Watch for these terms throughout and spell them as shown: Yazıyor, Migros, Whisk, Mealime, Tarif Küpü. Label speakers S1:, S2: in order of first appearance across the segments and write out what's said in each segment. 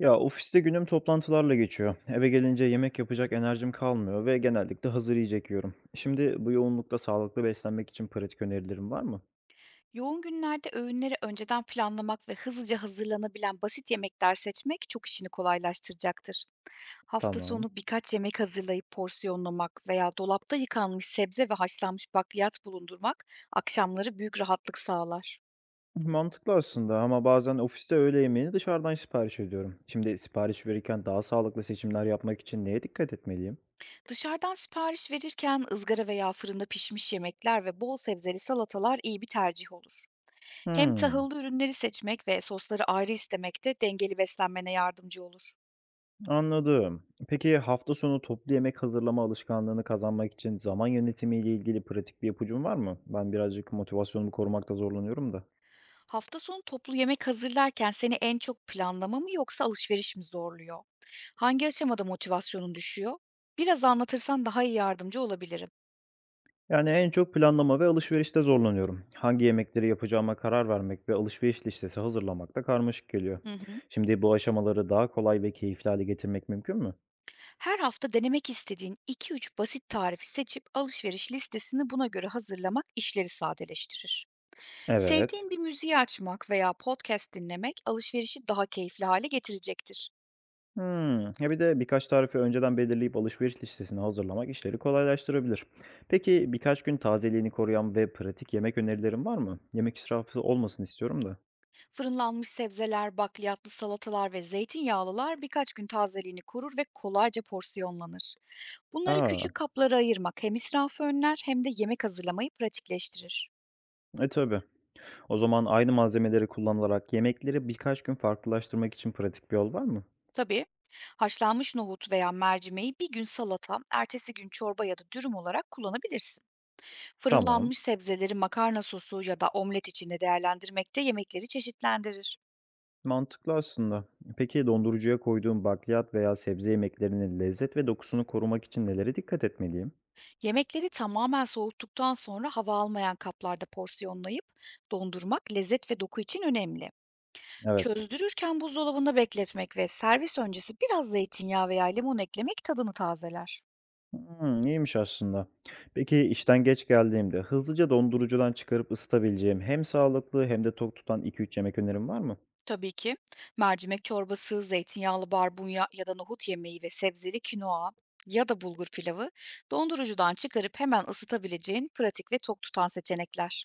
S1: Ya ofiste günüm toplantılarla geçiyor. Eve gelince yemek yapacak enerjim kalmıyor ve genellikle hazır yiyecek yiyorum. Şimdi bu yoğunlukta sağlıklı beslenmek için pratik önerilerim var mı?
S2: Yoğun günlerde öğünleri önceden planlamak ve hızlıca hazırlanabilen basit yemekler seçmek çok işini kolaylaştıracaktır. Hafta
S1: Tamam.
S2: sonu birkaç yemek hazırlayıp porsiyonlamak veya dolapta yıkanmış sebze ve haşlanmış bakliyat bulundurmak akşamları büyük rahatlık sağlar.
S1: Mantıklı aslında ama bazen ofiste öğle yemeğini dışarıdan sipariş ediyorum. Şimdi sipariş verirken daha sağlıklı seçimler yapmak için neye dikkat etmeliyim?
S2: Dışarıdan sipariş verirken ızgara veya fırında pişmiş yemekler ve bol sebzeli salatalar iyi bir tercih olur. Hem
S1: Hmm,
S2: tahıllı ürünleri seçmek ve sosları ayrı istemek de dengeli beslenmene yardımcı olur.
S1: anladım. Peki hafta sonu toplu yemek hazırlama alışkanlığını kazanmak için zaman yönetimiyle ilgili pratik bir ipucun var mı? Ben birazcık motivasyonumu korumakta zorlanıyorum da.
S2: Hafta sonu toplu yemek hazırlarken seni en çok planlama mı yoksa alışveriş mi zorluyor? Hangi aşamada motivasyonun düşüyor? Biraz anlatırsan daha iyi yardımcı olabilirim.
S1: Yani en çok planlama ve alışverişte zorlanıyorum. Hangi yemekleri yapacağıma karar vermek ve alışveriş listesi hazırlamak da karmaşık geliyor.
S2: Hı hı.
S1: Şimdi bu aşamaları daha kolay ve keyifli hale getirmek mümkün mü?
S2: Her hafta denemek istediğin 2-3 basit tarifi seçip alışveriş listesini buna göre hazırlamak işleri sadeleştirir.
S1: Evet.
S2: Sevdiğin bir müziği açmak veya podcast dinlemek alışverişi daha keyifli hale getirecektir.
S1: Hmm. Ya bir de birkaç tarifi önceden belirleyip alışveriş listesini hazırlamak işleri kolaylaştırabilir. Peki birkaç gün tazeliğini koruyan ve pratik yemek önerilerin var mı? Yemek israfı olmasın istiyorum da.
S2: Fırınlanmış sebzeler, bakliyatlı salatalar ve zeytinyağlılar birkaç gün tazeliğini korur ve kolayca porsiyonlanır. Bunları
S1: Aa,
S2: küçük kaplara ayırmak hem israfı önler hem de yemek hazırlamayı pratikleştirir.
S1: e tabii. O zaman aynı malzemeleri kullanılarak yemekleri birkaç gün farklılaştırmak için pratik bir yol var mı?
S2: Tabii, haşlanmış nohut veya mercimeği bir gün salata, ertesi gün çorba ya da dürüm olarak kullanabilirsin.
S1: Tamam.
S2: Fırınlanmış sebzeleri makarna sosu ya da omlet içinde değerlendirmek de yemekleri çeşitlendirir.
S1: Mantıklı aslında. Peki dondurucuya koyduğum bakliyat veya sebze yemeklerinin lezzet ve dokusunu korumak için nelere dikkat etmeliyim?
S2: Yemekleri tamamen soğuttuktan sonra hava almayan kaplarda porsiyonlayıp dondurmak lezzet ve doku için önemli.
S1: Evet.
S2: Çözdürürken buzdolabında bekletmek ve servis öncesi biraz zeytinyağı veya limon eklemek tadını tazeler.
S1: Hmm, iyiymiş aslında. Peki işten geç geldiğimde hızlıca dondurucudan çıkarıp ısıtabileceğim hem sağlıklı hem de tok tutan 2-3 yemek önerim var mı?
S2: Tabii ki. Mercimek çorbası, zeytinyağlı barbunya ya da nohut yemeği ve sebzeli kinoa ya da bulgur pilavı dondurucudan çıkarıp hemen ısıtabileceğin pratik ve tok tutan seçenekler.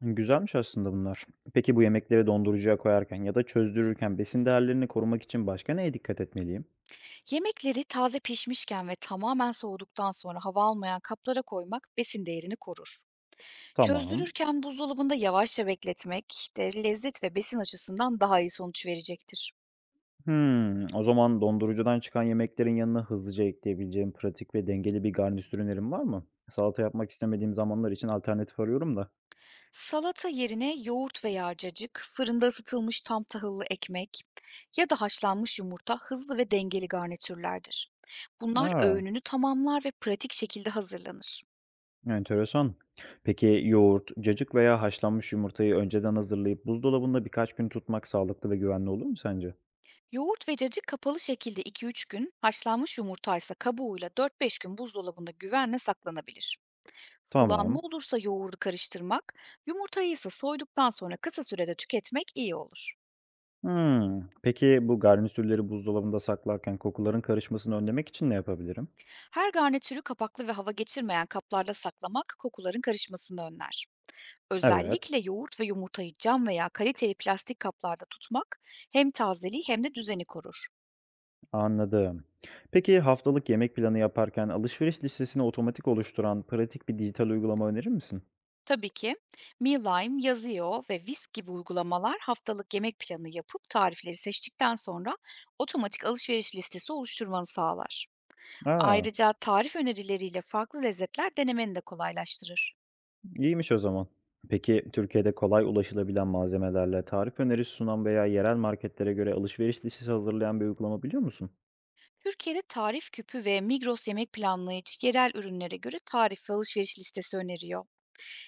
S1: Hmm, güzelmiş aslında bunlar. Peki bu yemekleri dondurucuya koyarken ya da çözdürürken besin değerlerini korumak için başka neye dikkat etmeliyim?
S2: Yemekleri taze pişmişken ve tamamen soğuduktan sonra hava almayan kaplara koymak besin değerini korur.
S1: Tamam.
S2: Çözdürürken buzdolabında yavaşça bekletmek de lezzet ve besin açısından daha iyi sonuç verecektir.
S1: Hımm. O zaman dondurucudan çıkan yemeklerin yanına hızlıca ekleyebileceğim pratik ve dengeli bir garnitür önerin var mı? Salata yapmak istemediğim zamanlar için alternatif arıyorum da.
S2: Salata yerine yoğurt veya cacık, fırında ısıtılmış tam tahıllı ekmek ya da haşlanmış yumurta hızlı ve dengeli garnitürlerdir. Bunlar
S1: Aa,
S2: öğününü tamamlar ve pratik şekilde hazırlanır.
S1: enteresan. Peki yoğurt, cacık veya haşlanmış yumurtayı önceden hazırlayıp buzdolabında birkaç gün tutmak sağlıklı ve güvenli olur mu sence?
S2: Yoğurt ve cacık kapalı şekilde 2-3 gün, haşlanmış yumurta ise kabuğuyla 4-5 gün buzdolabında güvenle saklanabilir. Sulanma
S1: Tamam.
S2: olursa yoğurdu karıştırmak, yumurtayı ise soyduktan sonra kısa sürede tüketmek iyi olur.
S1: Hımm. Peki bu garnitürleri buzdolabında saklarken kokuların karışmasını önlemek için ne yapabilirim?
S2: Her garnitürü kapaklı ve hava geçirmeyen kaplarda saklamak kokuların karışmasını önler.
S1: Evet.
S2: Özellikle yoğurt ve yumurtayı cam veya kaliteli plastik kaplarda tutmak hem tazeliği hem de düzeni korur.
S1: Anladım. Peki haftalık yemek planı yaparken alışveriş listesini otomatik oluşturan pratik bir dijital uygulama önerir misin?
S2: Tabii ki, Mealime, Yazıyor ve Whisk gibi uygulamalar haftalık yemek planı yapıp tarifleri seçtikten sonra otomatik alışveriş listesi oluşturmanı sağlar.
S1: Aa,
S2: Ayrıca tarif önerileriyle farklı lezzetler denemeni de kolaylaştırır.
S1: iyiymiş o zaman. Peki Türkiye'de kolay ulaşılabilen malzemelerle tarif önerisi sunan veya yerel marketlere göre alışveriş listesi hazırlayan bir uygulama biliyor musun?
S2: Türkiye'de tarif küpü ve Migros yemek planlayıcı yerel ürünlere göre tarif ve alışveriş listesi öneriyor.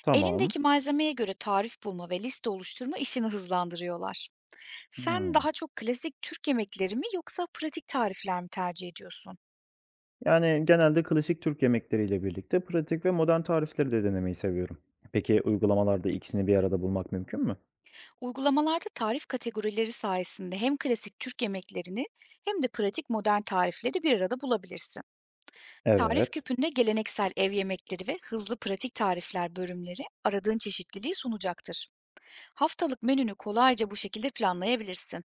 S1: Tamam.
S2: Elindeki malzemeye göre tarif bulma ve liste oluşturma işini hızlandırıyorlar. Sen
S1: Hmm.
S2: daha çok klasik Türk yemekleri mi yoksa pratik tarifler mi tercih ediyorsun?
S1: Yani genelde klasik Türk yemekleriyle birlikte pratik ve modern tarifleri de denemeyi seviyorum. Peki uygulamalarda ikisini bir arada bulmak mümkün mü?
S2: Uygulamalarda tarif kategorileri sayesinde hem klasik Türk yemeklerini hem de pratik modern tarifleri bir arada bulabilirsin. Tarif
S1: Evet.
S2: küpünde geleneksel ev yemekleri ve hızlı pratik tarifler bölümleri aradığın çeşitliliği sunacaktır. Haftalık menünü kolayca bu şekilde planlayabilirsin.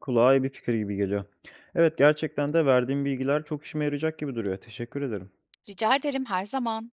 S1: Kulağa iyi bir fikir gibi geliyor. Evet, gerçekten de verdiğim bilgiler çok işime yarayacak gibi duruyor. Teşekkür ederim.
S2: Rica ederim, her zaman.